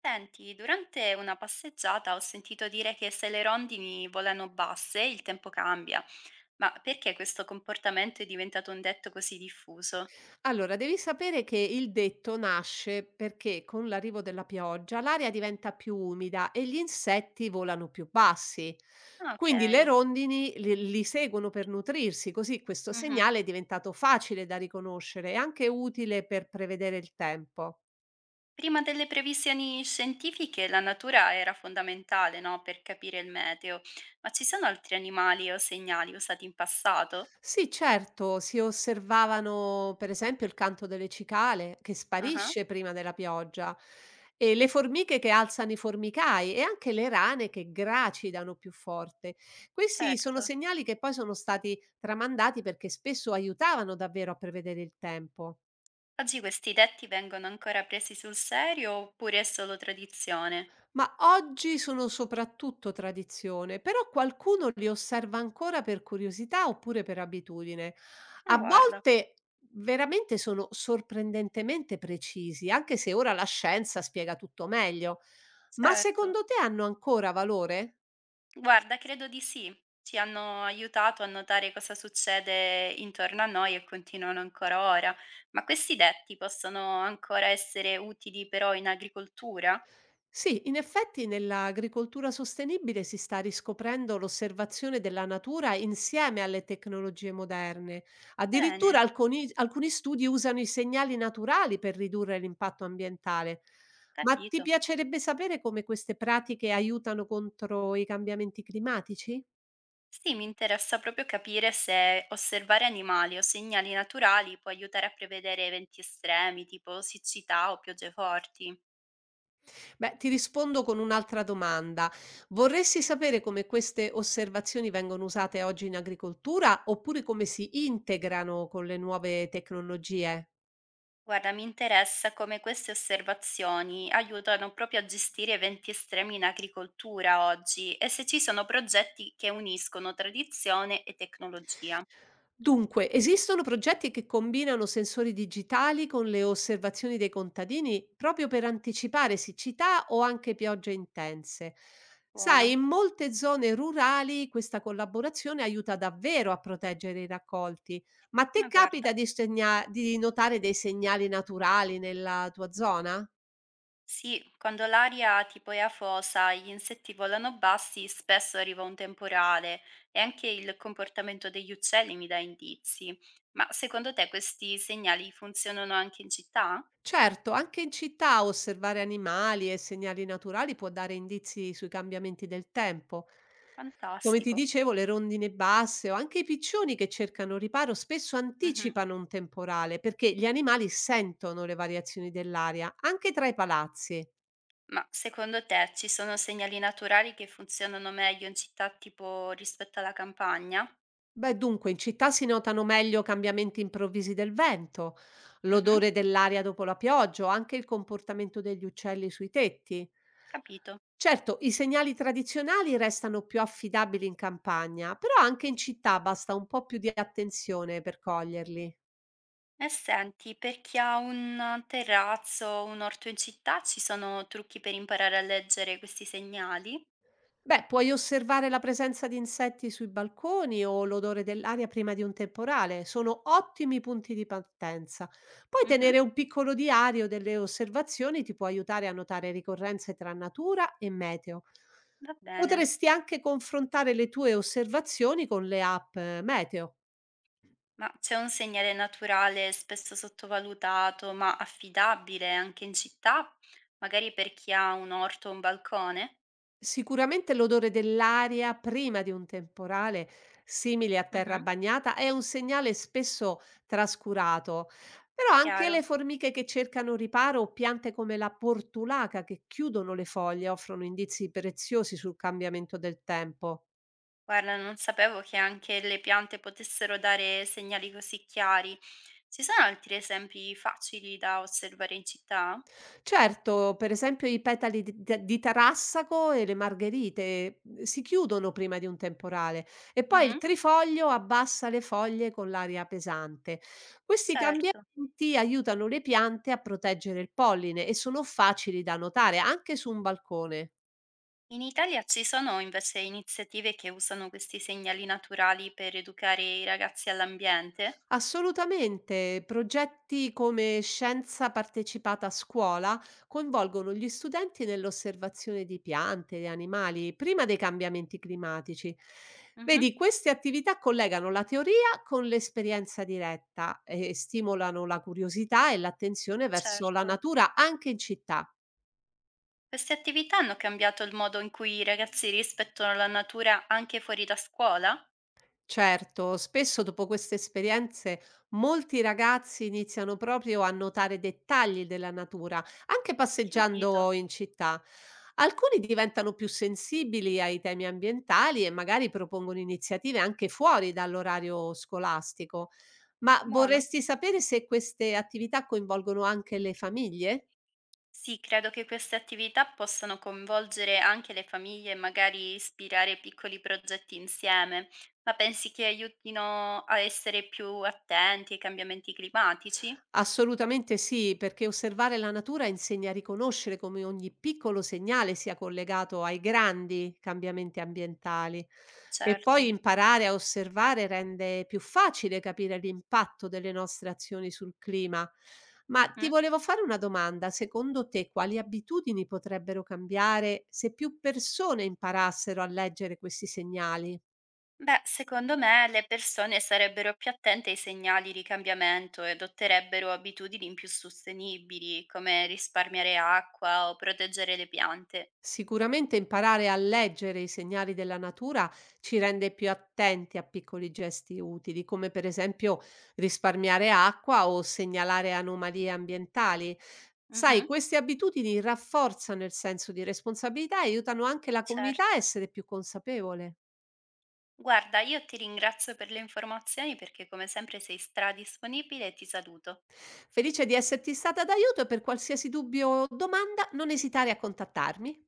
Senti, durante una passeggiata ho sentito dire che se le rondini volano basse il tempo cambia, ma perché questo comportamento è diventato un detto così diffuso? Allora, devi sapere che il detto nasce perché con l'arrivo della pioggia l'aria diventa più umida e gli insetti volano più bassi. Ah, ok. Quindi le rondini li seguono per nutrirsi, così questo Mhm. segnale è diventato facile da riconoscere e anche utile per prevedere il tempo. Prima delle previsioni scientifiche la natura era fondamentale, no, per capire il meteo, ma ci sono altri animali o segnali usati in passato? Sì, certo, si osservavano per esempio il canto delle cicale che Ah, sparisce prima della pioggia, e le formiche che alzano i formicai e anche le rane che gracidano più forte. Questi sono certo. segnali che poi sono stati tramandati perché spesso aiutavano davvero a prevedere il tempo. Oggi questi detti vengono ancora presi sul serio oppure è solo tradizione? Ma oggi sono soprattutto tradizione, però qualcuno li osserva ancora per curiosità oppure per abitudine. Ah, A guarda, volte veramente sono sorprendentemente precisi, anche se ora la scienza spiega tutto meglio. Ma certo. secondo te hanno ancora valore? Guarda, credo di sì. Ci hanno aiutato a notare cosa succede intorno a noi e continuano ancora ora. Ma questi detti possono ancora essere utili però in agricoltura? Sì, in effetti nell'agricoltura sostenibile si sta riscoprendo l'osservazione della natura insieme alle tecnologie moderne. Bene, Addirittura alcuni studi usano i segnali naturali per ridurre l'impatto ambientale. Ma ti capito. piacerebbe sapere come queste pratiche aiutano contro i cambiamenti climatici? Sì, mi interessa proprio capire se osservare animali o segnali naturali può aiutare a prevedere eventi estremi, tipo siccità o piogge forti. Beh, ti rispondo con un'altra domanda. Vorresti sapere come queste osservazioni vengono usate oggi in agricoltura oppure come si integrano con le nuove tecnologie? Guarda, mi interessa come queste osservazioni aiutano proprio a gestire eventi estremi in agricoltura oggi e se ci sono progetti che uniscono tradizione e tecnologia. Dunque, esistono progetti che combinano sensori digitali con le osservazioni dei contadini proprio per anticipare siccità o anche piogge intense. Sai, Buono, in molte zone rurali questa collaborazione aiuta davvero a proteggere i raccolti, ma a te ma capita guarda. di, di notare dei segnali naturali nella tua zona? Sì, quando l'aria tipo è afosa e gli insetti volano bassi, spesso arriva un temporale e anche il comportamento degli uccelli mi dà indizi. Ma secondo te questi segnali funzionano anche in città? Certo, anche in città osservare animali e segnali naturali può dare indizi sui cambiamenti del tempo. Come ti Fantastico. dicevo, le rondine basse o anche i piccioni che cercano riparo spesso Mhm. anticipano un temporale perché gli animali sentono le variazioni dell'aria, anche tra i palazzi. Ma secondo te ci sono segnali naturali che funzionano meglio in città tipo rispetto alla campagna? Beh, dunque, in città si notano meglio cambiamenti improvvisi del vento, Mh-mh, l'odore dell'aria dopo la pioggia o anche il comportamento degli uccelli sui tetti. capito. Certo, i segnali tradizionali restano più affidabili in campagna, però anche in città basta un po' più di attenzione per coglierli. E senti, per chi ha un terrazzo, o un orto in città, ci sono trucchi per imparare a leggere questi segnali? Beh, puoi osservare la presenza di insetti sui balconi o l'odore dell'aria prima di un temporale, sono ottimi punti di partenza. Poi Mh-mh, tenere un piccolo diario delle osservazioni ti può aiutare a notare ricorrenze tra natura e meteo. va bene. Potresti anche confrontare le tue osservazioni con le app meteo. Ma c'è un segnale naturale spesso sottovalutato, ma affidabile anche in città? Magari per chi ha un orto o un balcone? Sicuramente l'odore dell'aria prima di un temporale, simile a terra Mh-mh, bagnata, è un segnale spesso trascurato, però anche chiaro. le formiche che cercano riparo o piante come la portulaca che chiudono le foglie offrono indizi preziosi sul cambiamento del tempo. Guarda, non sapevo che anche le piante potessero dare segnali così chiari. Ci sono altri esempi facili da osservare in città? Certo, per esempio i petali di t di tarassaco e le margherite, si chiudono prima di un temporale e poi il Mhm, trifoglio abbassa le foglie con l'aria pesante. Questi certo. cambiamenti aiutano le piante a proteggere il polline e sono facili da notare anche su un balcone. In Italia ci sono invece iniziative che usano questi segnali naturali per educare i ragazzi all'ambiente? Assolutamente. Progetti come Scienza Partecipata a Scuola coinvolgono gli studenti nell'osservazione di piante e animali prima dei cambiamenti climatici. Mhm, Vedi, queste attività collegano la teoria con l'esperienza diretta e stimolano la curiosità e l'attenzione verso la certo. natura anche in città. Queste attività hanno cambiato il modo in cui i ragazzi rispettano la natura anche fuori da scuola? Certo, spesso dopo queste esperienze molti ragazzi iniziano proprio a notare dettagli della natura, anche Capito. passeggiando in città. Alcuni diventano più sensibili ai temi ambientali e magari propongono iniziative anche fuori dall'orario scolastico. Ma Buono. vorresti sapere se queste attività coinvolgono anche le famiglie? Sì, credo che queste attività possano coinvolgere anche le famiglie e magari ispirare piccoli progetti insieme, ma pensi che aiutino a essere più attenti ai cambiamenti climatici? Assolutamente sì, perché osservare la natura insegna a riconoscere come ogni piccolo segnale sia collegato ai grandi cambiamenti ambientali e poi Certo. imparare a osservare rende più facile capire l'impatto delle nostre azioni sul clima. Ma ti Mhm. volevo fare una domanda, secondo te quali abitudini potrebbero cambiare se più persone imparassero a leggere questi segnali? Beh, secondo me le persone sarebbero più attente ai segnali di cambiamento e adotterebbero abitudini più sostenibili, come risparmiare acqua o proteggere le piante. Sicuramente imparare a leggere i segnali della natura ci rende più attenti a piccoli gesti utili, come per esempio risparmiare acqua o segnalare anomalie ambientali. Sai, Mhm, queste abitudini rafforzano il senso di responsabilità e aiutano anche la comunità a certo. essere più consapevole. Guarda, io ti ringrazio per le informazioni perché come sempre sei stradisponibile e ti saluto. Felice di esserti stata d'aiuto e per qualsiasi dubbio o domanda non esitare a contattarmi.